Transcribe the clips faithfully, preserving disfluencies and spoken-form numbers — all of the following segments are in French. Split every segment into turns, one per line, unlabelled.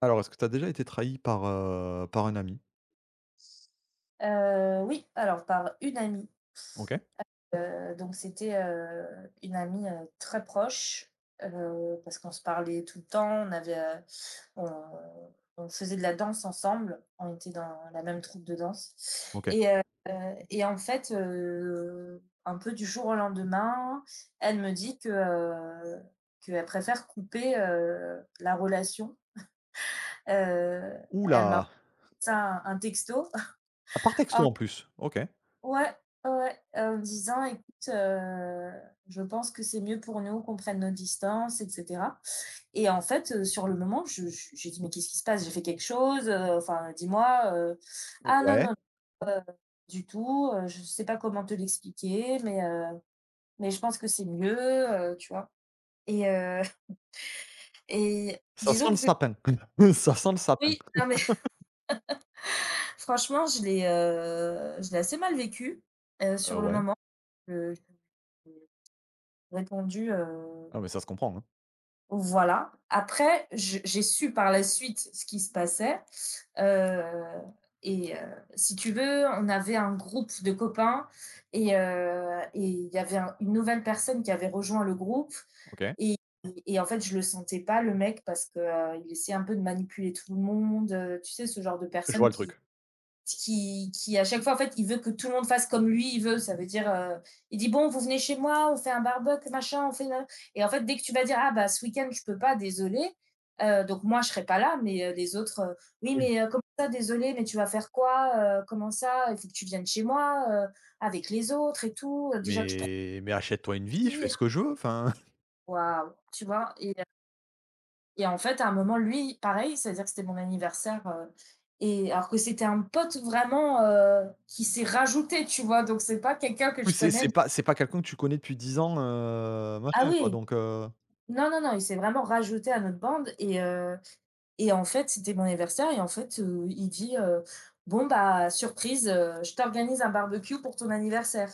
Alors, est-ce que tu as déjà été trahi par, heu, par un ami?
Heu, oui, alors par une amie,
OK.
heu, donc c'était, heu, une amie, heu, très proche, heu, parce qu'on se parlait tout le temps, on avait, heu, on on faisait de la danse ensemble, on était dans la même troupe de danse
OK.
et heu et en fait, heu, un peu du jour au lendemain, elle me dit que, heu, qu'elle préfère couper, heu, la relation. Heu,
Oula,
Elle m'a
là!
envoyé ça un un texto.
Ah, par texto en plus? OK.
Ouais, ouais, ouais, en disant: «Écoute, heu, je pense que c'est mieux pour nous qu'on prenne nos distances», et cetera. Et en fait, heu, sur le moment, je je j'ai dit: «Mais qu'est-ce qui se passe? J'ai fait quelque chose? Heu, enfin, dis-moi, heu». «Ah non,
Ouais,
non, du tout, heu, je sais pas comment te l'expliquer, mais heu, mais je pense que c'est mieux», heu, tu vois? Et heu et
ça sent
disons
le
que
sapin. Ça sent le sapin.
oui, non mais franchement, je l'ai, heu, je l'ai assez mal vécu, heu,
Heu,
sur le
ouais.
moment, heu, j'ai répondu,
Ah, mais
heu
ça se comprend, hein.
Voilà. Après, je j'ai su par la suite ce qui se passait, heu et heu, si tu veux, on avait un groupe de copains et heu et il y avait un une nouvelle personne qui avait rejoint le groupe.
OK.
Et et en fait, je le sentais pas le mec parce que, heu, il essayait un peu de manipuler tout le monde, heu, tu sais, ce genre de
Je vois
personne
le
qui
truc.
qui, qui, à chaque fois, en fait, il veut que tout le monde fasse comme lui. Il veut. Ça veut dire, euh, il dit: «Bon, vous venez chez moi, on fait un barbecue, machin, on fait. Une... Et en fait, dès que tu vas dire: ah, bah, ce week-end, je peux pas, désolé. Euh, donc, moi, je serai pas là, mais euh, les autres, euh, oui,
Oui,
mais euh, comment ça, désolé, mais tu vas faire quoi, euh, comment ça? Il faut que tu viennes chez moi, euh, avec les autres et tout. Euh, déjà que je
mais mais achète-toi une vie, je fais ce
profite.
que je veux, enfin,
Waouh, tu vois. Et Et en fait, à un moment, lui, pareil, c'est-à-dire que c'était mon anniversaire, heu et alors que c'était un pote vraiment, heu, qui s'est rajouté, tu vois? Donc c'est pas quelqu'un que
oui,
je
c'est c'est
connais.
pas c'est pas quelqu'un que tu connais depuis dix ans, heu,
Ah
machin quoi,
oui!
donc heu,
Non, non, non, il s'est vraiment rajouté à notre bande et heu et en fait, c'était mon anniversaire. Et en fait, heu, il dit, heu: «Bon, bah, surprise, heu, je t'organise un barbecue pour ton anniversaire».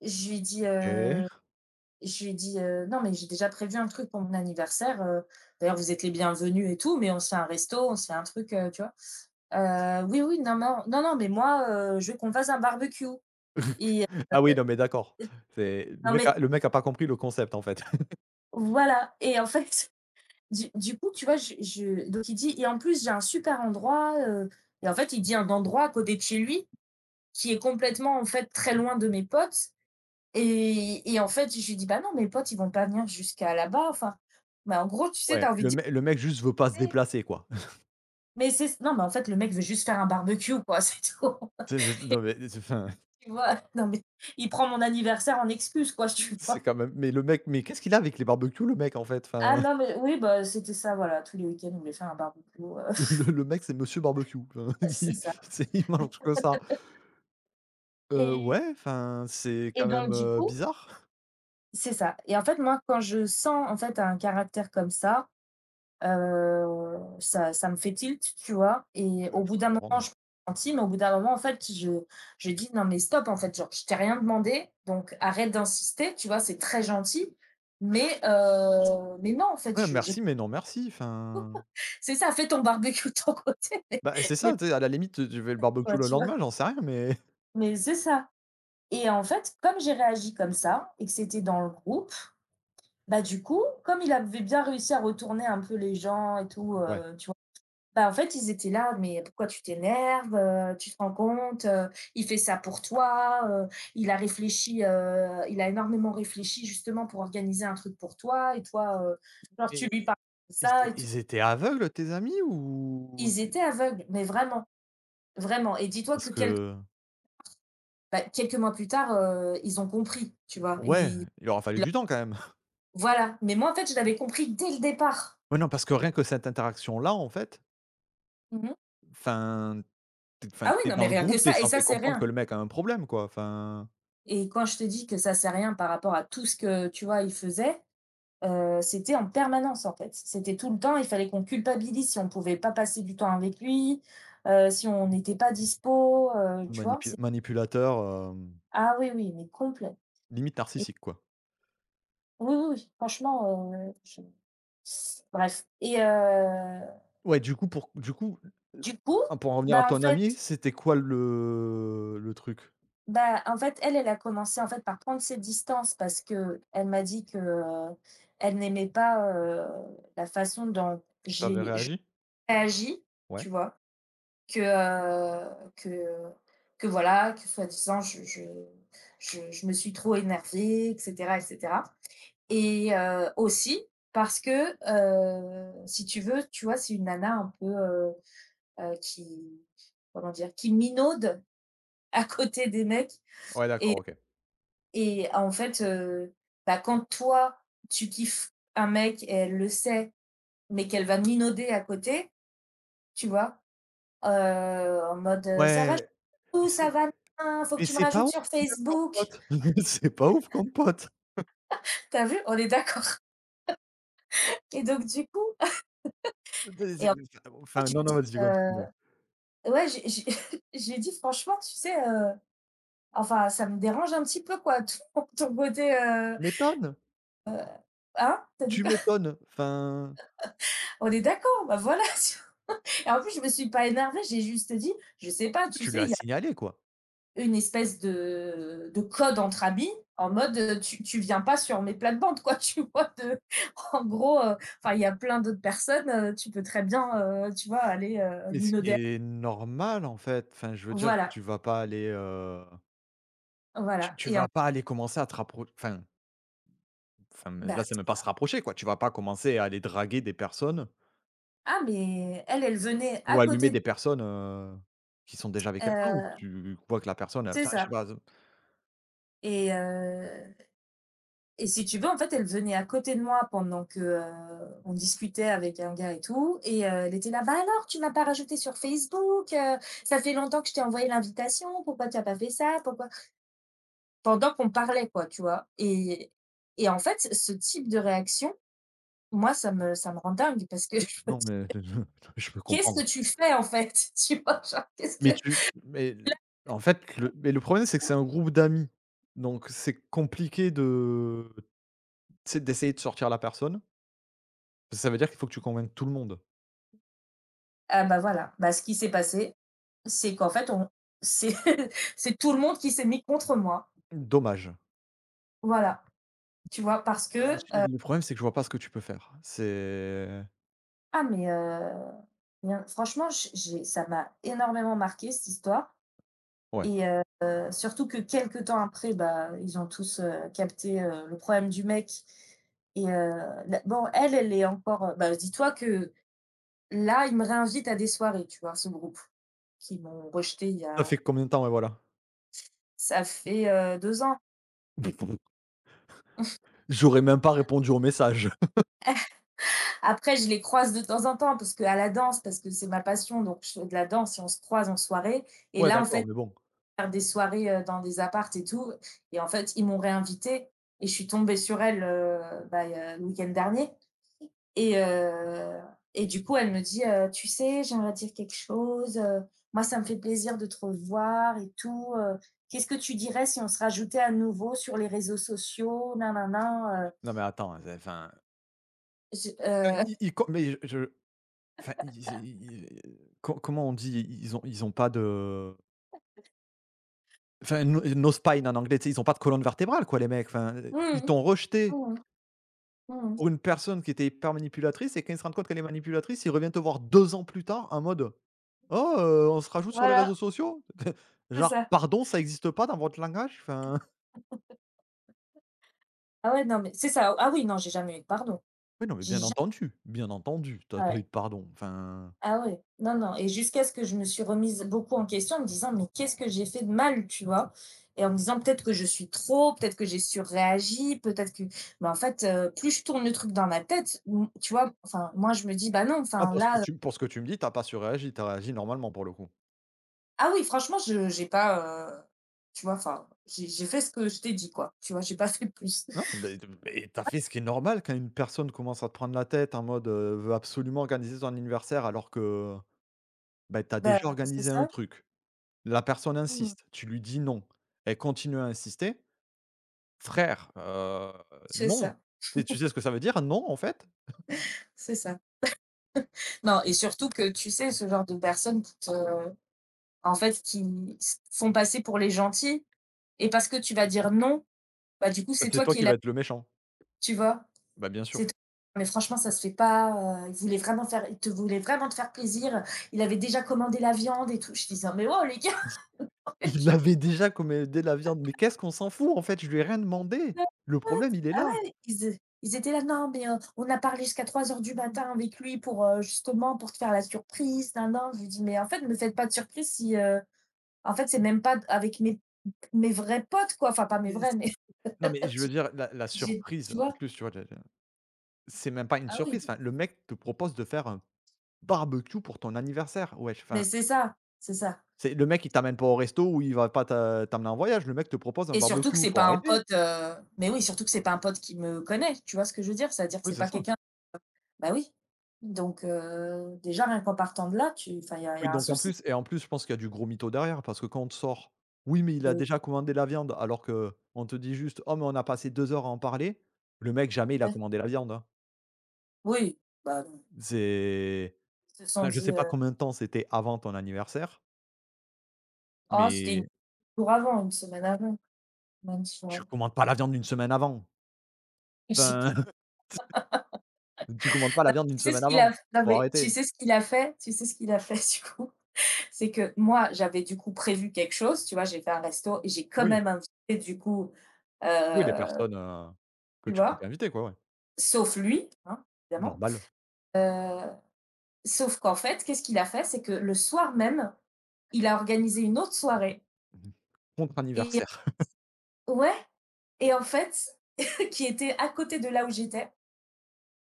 Je lui dis,
OK.
heu je lui dis, heu: «Non, mais j'ai déjà prévu un truc pour mon anniversaire, heu, d'ailleurs vous êtes les bienvenus et tout, mais on se fait un resto, on se fait un truc, heu», tu vois? Heu, oui, oui, non, non, non, non, mais moi, heu, je veux qu'on fasse un barbecue et heu,
Ah oui, non mais d'accord. C'est le
non,
mec
mais
a le mec a pas compris le concept, en fait.
voilà. Et en fait, du du coup, tu vois, je je donc il dit: «Et en plus, j'ai un super endroit, heu» et en fait, il dit un endroit à côté de chez lui qui est complètement, en fait, très loin de mes potes. Et et en fait, je lui dis: «Bah non, mes potes, ils vont pas venir jusqu'à là-bas», enfin, mais en gros, tu sais, tu
Ouais,
as envie de
le
dire:
mec le mec juste veut pas se
«Mais
déplacer quoi.
mais c'est s» non, mais en fait, le mec veut juste faire un barbecue, quoi, c'est tout,
C'est c'est non mais c'est enfin.
tu vois? Non, mais il prend mon anniversaire en excuse, quoi, tu
C'est
vois?
quand même mais le mec, mais qu'est-ce qu'il a avec les barbecues le mec en fait? Enfin,
Ah non, mais oui, bah, c'était ça, voilà, tous les week-ends, on voulait faire un barbecue, heu,
le le mec c'est monsieur barbecue, enfin,
c'est
il
ça.
c'est il mange que ça. Heu,
Et
ouais, enfin, c'est
et
quand même,
donc, du
heu,
coup,
bizarre.
c'est ça. Et en fait, moi, quand je sens, en fait, un caractère comme ça, heu, ça ça me fait tilt, tu vois? Et
Ouais,
au
je
bout
peux
d'un moment,
comprendre.
je me sentis, mais au bout d'un moment, en fait, je je dis: «Non, mais stop, en fait, genre, je t'ai rien demandé, donc arrête d'insister», tu vois? C'est très gentil, mais heu, mais non, en fait,
Ouais,
je j'ai
merci, mais non merci, enfin,
c'est ça, fais ton barbecue de ton côté, mais
bah, c'est
mais
ça, tu sais, à la limite, tu tu fais le barbecue
pourquoi,
le
tu vois?
lendemain, j'en sais rien, mais
Mais c'est ça. Et en fait, comme j'ai réagi comme ça et que c'était dans le groupe, bah du coup, comme il avait bien réussi à retourner un peu les gens et tout,
ouais.
heu, tu vois? Bah, en fait, ils étaient là: «Mais pourquoi tu t'énerves, heu? Tu te rends compte, heu, il fait ça pour toi, heu, il a réfléchi, heu, il a énormément réfléchi justement pour organiser un truc pour toi. Et toi, heu, genre tu
Mais
lui parles comme
ils
ça et tout».
ils étaient aveugles tes amis ou
Ils étaient aveugles, mais vraiment, vraiment, et dis-toi que
parce
quelques
que
bah, quelques mois plus tard, heu, ils ont compris, tu vois?
ouais,
Et
il aura fallu du temps quand même.
Voilà, mais moi, en fait, je l'avais compris dès le départ.
Ouais, non, parce que rien que cette interaction là, en fait,
Mmh mh.
enfin. Tu enfin,
Ah oui,
t'es
non, mais
dans le
rien que
groupe, t'es
ça, et ça,
censé
c'est
comprendre que
rien.
le mec a un problème, quoi. Enfin,
Et quand je te dis que ça, c'est rien par rapport à tout ce que, tu vois, il faisait, heu, c'était en permanence, en fait. C'était tout le temps, il fallait qu'on culpabilise si on pouvait pas passer du temps avec lui, heu, si on n'était pas dispo, heu, tu vois?
Manipu
C'est
manipulateur, hem
Ah oui, oui, mais complet.
limite
Et
narcissique, quoi.
oui, oui, oui, franchement, heu, je bref et heu,
Ouais, du coup, pour du coup,
du coup,
ah, pour en revenir à
bah, en
ton ami,
fait
c'était quoi le le truc?
Bah, en fait, elle, elle a commencé, en fait, par prendre ses distances parce que elle m'a dit que, heu, elle n'aimait pas, heu, la façon dont
T'avais
j'ai je
réagi?
réagis,
Ouais.
tu vois? Que, heu, que que voilà, que soi-disant, je je je je me suis trop énervée, et cetera, et cetera. Et heu, aussi parce que, heu, si tu veux, tu vois, c'est une nana un peu, heu heu, qui comment dire? Qui minaude à côté des mecs.
Ouais, d'accord, OK.
Et en fait, heu, bah, quand toi, tu kiffes un mec et elle le sait, mais qu'elle va minauder à côté, tu vois? Heu, en mode, heu: «Ça va
Ouais, mais
chou, ça
c'est
va nain, faut que
mais
tu me
c'est pas
rajoutes
ouf
sur
comme
Facebook».
pote. C'est pas ouf comme pote.
T'as vu? On est d'accord. Et donc, du coup,
C'est-
et
c'est-
en
Enfin, bon,
fait,
enfin,
je lui
non,
ai
non,
dit,
vas-y, continue, ouais.
heu ouais, j'ai j'ai je lui ai dit: «Franchement, tu sais, heu, enfin, ça me dérange un petit peu, quoi, ton ton côté, heu»
Tu m'étonnes,
«hein?» T'as dit
tu
quoi?
m'étonnes. Enfin,
On est d'accord, bah, voilà, tu vois? Et en plus, je me suis pas énervée, j'ai juste dit: «Je sais pas, tu
tu
sais,
l'as
il y a
signalé, quoi.
une espèce de, de code entre amis, en mode, euh, tu, tu viens pas sur mes plates-bandes, quoi», tu vois. De, en gros, enfin, euh, enfin, il y a plein d'autres personnes, euh, tu peux très bien, euh, tu vois, aller euh,
Mais ce qui
minauder.
est normal, en fait. Enfin, je veux dire, tu
Voilà,
vas pas aller, heu Tu
voilà.
tu
Et en-
vas pas aller commencer à te rappro enfin enfin, là,
bah,
c'est même
c'est
pas se
ça.
rapprocher, quoi. Tu vas pas commencer à aller draguer des personnes
Ah, mais elle, elle venait à
ou allumer
côté. de-
des personnes, heu, qui sont déjà avec quelqu'un ou
euh,
tu vois que la personne, elle
c'est
enfin, je sais
ça.
pas, z
Et, euh, Et si tu veux, en fait, elle venait à côté de moi pendant que, heu, on discutait avec un gars et tout. Et heu, elle était là: «Bah, alors, tu m'as pas rajoutée sur Facebook, heu, ça fait longtemps que je t'ai envoyé l'invitation. Pourquoi tu as pas fait ça? Pourquoi?» pendant qu'on parlait, quoi, tu vois? Et et en fait, ce ce type de réaction, moi, ça me ça me rend dingue parce que je...
Non, mais je peux
«Qu'est-ce que
comprendre.
tu fais, en fait?» tu vois? Genre, qu'est-ce
Mais
que
tu tu mais en fait, le mais le problème, c'est que c'est un groupe d'amis, donc c'est compliqué de c'est d'essayer de sortir la personne. Parce que ça veut dire qu'il faut que tu convainques tout le monde.
Ah bah, voilà, bah, ce qui s'est passé, c'est qu'en fait, on c'est c'est tout le monde qui s'est mis contre moi.
Dommage.
Voilà, tu vois? Parce
Bah,
que
je le problème, c'est que je vois pas ce que tu peux faire. C'est
Ah, mais, heu, bien franchement, j j'ai ça m'a énormément marqué cette histoire.
ouais.
et heu, Surtout que quelques temps après, bah, ils ont tous, heu, capté, heu, le problème du mec. et heu, la bon Elle, elle est encore, heu, bah, dis-toi que là, ils me réinvitent à des soirées, tu vois? Ce groupe qui m'ont rejeté il y
Ça fait
a
combien de temps? Ouais, voilà.
ça fait, heu, deux ans.
J'aurais même pas répondu au message.
Après, je les croise de temps en temps parce que à la danse, parce que c'est ma passion, donc je fais de la danse et on se croise en soirée, et
Ouais,
là, en
d'accord,
fait,
mais bon.
faire des soirées, euh, dans des appartes et tout. Et en fait, ils m'ont réinvitée et je suis tombée sur elle, euh, bah, euh, le week-end dernier. Et, euh, et du coup, elle me dit: euh, Tu sais, j'aimerais dire quelque chose. Euh, moi, ça me fait plaisir de te revoir et tout. euh, Qu'est-ce que tu dirais si on se rajoutait à nouveau sur les réseaux sociaux? Nanana». euh,
Non, mais attends, c'est enfin,
je-
enfin,
euh,
i i co mais je je- enfin, i c'est i co comment on dit? ils ont ils ont pas de enfin, no no spine en anglais, tu sais? Ils ont pas de colonne vertébrale, quoi, les mecs. Enfin, heu, ils
Mmh,
t'ont rejeté
mmh, mmh.
pour une personne qui était hyper manipulatrice et quand ils se rendent compte qu'elle est manipulatrice, ils reviennent te voir deux ans plus tard en mode: «Oh, heu, on se rajoute sur les réseaux
Voilà,
sociaux?»
c'est
Genre,
ça.
pardon, ça existe pas dans votre langage? Enfin,
Ah ouais, non, mais c'est ça. Ah oui, non, j'ai jamais eu de pardon.
oui, non, mais
J'ai
bien entendu, bien entendu. T'as pas eu
jamais.
de pardon, enfin.
Ah ouais, non, non, et jusqu'à ce que je me suis remise beaucoup en question en me disant: «Mais qu'est-ce que j'ai fait de mal?» tu vois? Et en me disant: «Peut-être que je suis trop, peut-être que j'ai surréagi, peut-être que» mais en fait, heu, plus je tourne le truc dans ma tête, m tu vois? Enfin, moi je me dis: «Bah, non,
Non,
enfin
pour ce que
là, heu»
tu pour ce que tu me dis, t'as pas surréagi, t'as réagi normalement pour le coup.
Ah oui, franchement je j'ai pas, heu, tu vois? Enfin, j'ai j'ai fait ce que je t'ai dit quoi, tu vois? J'ai pas fait plus.
Non. Mais d mais tu fait ce qui est normal quand une personne commence à te prendre la tête en mode, heu, veut absolument organiser son anniversaire alors que, bah, t'as déjà
Bah, c'est
organisé un
ça.
truc. La personne
Mmh.
insiste, tu lui dis: «Non». Elle continue à insister. Frère, heu,
C'est
non.
ça,
Tu sais tu sais ce que ça veut dire, non, en fait?
c'est ça. Non, et surtout que tu sais, ce genre de personnes qui te en fait, qui se font passer pour les gentils. Et parce que tu vas dire non, bah, du coup,
Bah,
c'est
c'est
toi
toi
qui es
qui vas
là,
être le méchant.
tu vois?
Bah, bien
C'est
sûr.
toi mais franchement, ça se fait pas, heu, il voulait vraiment faire il te voulait vraiment te faire plaisir. Il avait déjà commandé la viande et tout. Je disais: «Mais waouh les gars!»
Il il l'avait déjà commandé heu, la viande, mais qu'est-ce qu'on s'en fout, en fait? Je lui ai rien demandé. Le problème, il est
Ah
là.
ouais, ils ils étaient là: «Non, mais, heu, on a parlé jusqu'à trois heures du matin avec lui pour, heu, justement pour te faire la surprise, non nin Je lui dis: «Mais en fait, ne me faites pas de surprise si, heu, en fait, c'est même pas avec mes mes vrais potes, quoi.» Enfin, pas mes vrais, mais
Non, mais je veux dire la la
j'ai
surprise,
tu
en
vois?
plus, tu vois? Je je c'est même pas une
Ah oui,
surprise, enfin, le mec te propose de faire un barbecue pour ton anniversaire, ouais
mais
enfin,
c'est ça, c'est ça.
c'est le mec il t'amène pas au resto ou il va pas t'a t'emmener en voyage, le mec te propose un
Et surtout que
barbecue,
c'est
pour
pas un
arrêter.
pote, heu mais oui, surtout que c'est pas un pote qui me connaît, tu vois ce que je veux dire? C'est-à-dire que
Oui,
c'est
c'est
pas
ça.
quelqu'un bah oui, donc heu, déjà rien qu'en partant de là, tu enfin, il y a il y
Oui,
a un
donc en
souci.
plus et en plus, je pense qu'il y a du gros mytho derrière parce que quand on te sort: «Oui, mais il a
Mais
déjà commandé la viande», alors que on te dit juste: «Oh, mais on a passé deux heures à en parler». Le mec, jamais il a
ouais,
commandé la viande, hein.
oui, bah non,
C'est
ils se sont
enfin, je
dit,
sais pas
heu:
combien de temps c'était avant ton anniversaire,
«Oh, c'était une
mais
jours avant, une semaine avant, même», tu
tu
vois?
commandes pas la viande une semaine avant.
Je sais pas.
Enfin, tu commandes pas la viande une
Tu sais ce
semaine
qu'il
avant.
a f non,
Faut
mais tu
arrêter.
sais ce qu'il a fait? Tu sais ce qu'il a fait du coup? C'est que moi, j'avais du coup prévu quelque chose, tu vois? J'ai fait un resto et j'ai quand
Oui,
même invité du coup,
oui, les
heu,
personnes, heu, que
tu
tu comptes
vois?
inviter quoi, ouais.
Sauf lui, hein, évidemment.
Normal.
Heu, Sauf qu'en fait, qu'est-ce qu'il a fait? C'est que le soir même, il a organisé une autre soirée
Mmh. Contre
et
anniversaire.
ouais, et en fait, qui était à côté de là où j'étais.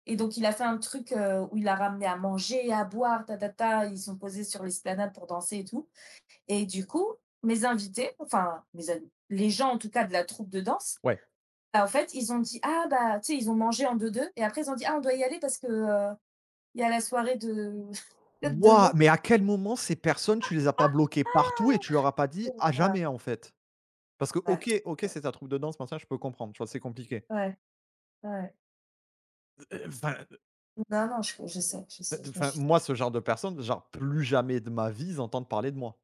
Et donc il a fait un truc, heu, où il a ramené à manger, à boire, ta ta ta, ils sont posés sur l'esplanade pour danser et tout. Et du coup, mes invités, enfin mes in les gens en tout cas de la troupe de danse,
Ouais.
bah, en fait, ils ont dit: «Ah bah», tu sais, ils ont mangé en deux deux. Et après ils ont dit: «Ah, on doit y aller parce que, heu, il y a la soirée de de
Waouh,
l'autre.»
mais à quel moment ces personnes, tu les as pas bloquées partout et tu leur as pas dit:
Ouais,
«À jamais» en fait? Parce que
ouais,
OK, OK,
ouais,
c'est ta troupe de danse, machin, je peux comprendre, tu vois? C'est compliqué.
ouais. Ouais.
Heu, enfin,
Non, non, je je sais, je
heu,
sais, je me
enfin,
suis
moi, ce genre de personne, genre plus jamais de ma vie, ils entendent parler de moi.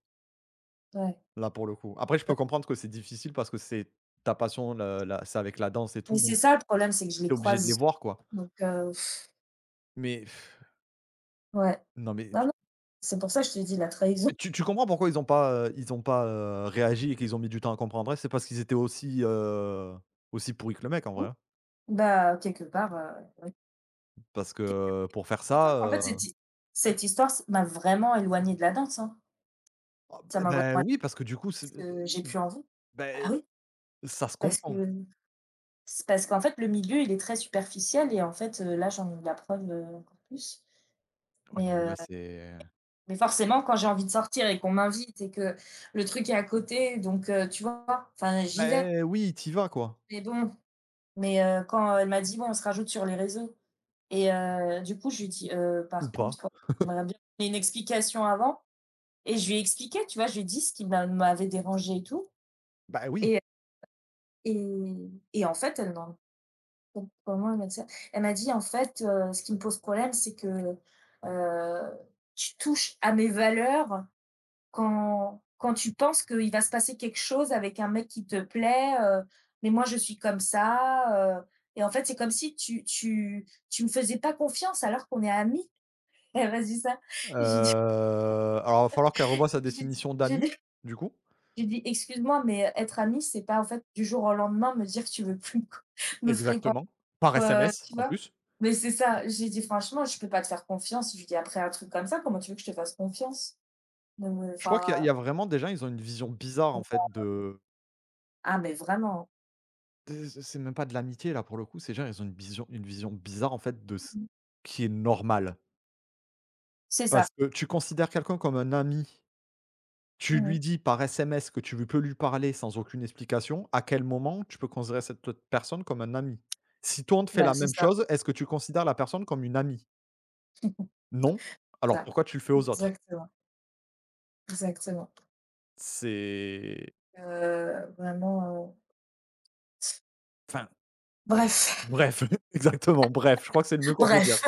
ouais.
Là, pour le coup. Après, je peux comprendre que c'est difficile parce que c'est ta passion, le la c'est avec la danse et
Mais
tout,
c'est
donc
ça le problème, c'est que je les
t'es obligé de les
croise,
voir, quoi.
donc heu,
Mais pff,
ouais.
non, mais
Non, non, c'est pour ça que je te dis la trahison.
mais tu tu comprends pourquoi ils ont pas, heu, ils ont pas, heu, réagi et qu'ils ont mis du temps à comprendre, c'est parce qu'ils étaient aussi, heu, aussi pourris que le mec, en vrai,
Hein.
hein.
Bah, quelque part, heu, oui.
Parce que euh, pour faire
Dis-toi
ça,
qu'en fait
heu
cette hi cette histoire s m'a vraiment éloignée de la danse, hein.
Oh,
Ça
bah
m'a vraiment
bah, oui,
éloignée
parce que du coup, c'est
parce que j'ai plus envie. Ah
beh,
oui,
ça se
parce
comprend.
que c'est parce qu'en fait le milieu il est très superficiel, et en fait, heu, là j'en ai eu la preuve, heu, encore plus.
Ouais,
Mais
non, mais
heu
là, c'est
Mais forcément, quand j'ai envie de sortir et qu'on m'invite et que le truc est à côté, donc heu, tu vois? Enfin, j'y vais.
Mmh. Oui, t'y vas, quoi.
Mais bon, mais heu, quand elle m'a dit: «Bon, on se rajoute sur les réseaux», et heu, du coup, je lui ai dit: «Heu,
Ou
par
pas.
contre, ouais, j'aimerais bien donner une explication avant.» Et je lui ai expliqué, tu vois? Je lui ai dit ce qui m'a m'avait dérangé et tout.
Bah, oui.
Et et et en fait, elle n'en comment elle m'a dit ça? Elle m'a dit: «En fait, heu, ce qui me pose problème, c'est que, heu, tu touches à mes valeurs. Quand quand tu penses qu'il va se passer quelque chose avec un mec qui te plaît, heu, mais moi je suis comme ça, heu et en fait, c'est comme si tu tu tu me faisais pas confiance alors qu'on est amis.» Elle m'a dit ça.
Heu,
J'ai dit
alors, il va falloir qu'elle revoie sa
j'ai dit
définition
j'ai
d'ami,
dit
du coup.
j'ai dit: «Excuse-moi, mais être amie, c'est pas en fait du jour au lendemain me dire que tu veux plus me fréquenter,
Exactement. Par
heu»,
S M S,
Tu
en
vois?
plus.
Mais c'est ça, j'ai dit: «Franchement, je peux pas te faire confiance», je lui dis: «Après un truc comme ça, comment tu veux que je te fasse confiance?» Donc heu,
Je crois qu'il y a il
enfin,
y a vraiment des gens, ils ont une vision bizarre, en fait, de
ah mais vraiment,
de c'est même pas de l'amitié, là, pour le coup. Ces gens, ils ont une vision une vision bizarre, en fait, de ce
mmh,
qui est normal.
c'est ça.
Parce que tu considères quelqu'un comme un ami, tu lui
Mmh.
dis par S M S que tu lui peux lui parler sans aucune explication, à quel moment tu peux considérer cette autre personne comme un ami? Si toi, on te fait
Bah,
la
c'est
même
ça,
chose, est-ce que tu considères la personne comme une amie? Non. Alors
ça.
pourquoi tu le fais aux autres?
Exactement, exactement.
C'est
Heu, vraiment, heu
enfin,
bref,
bref, exactement, bref, je crois que c'est le mieux qu'on peut
bref.
dire.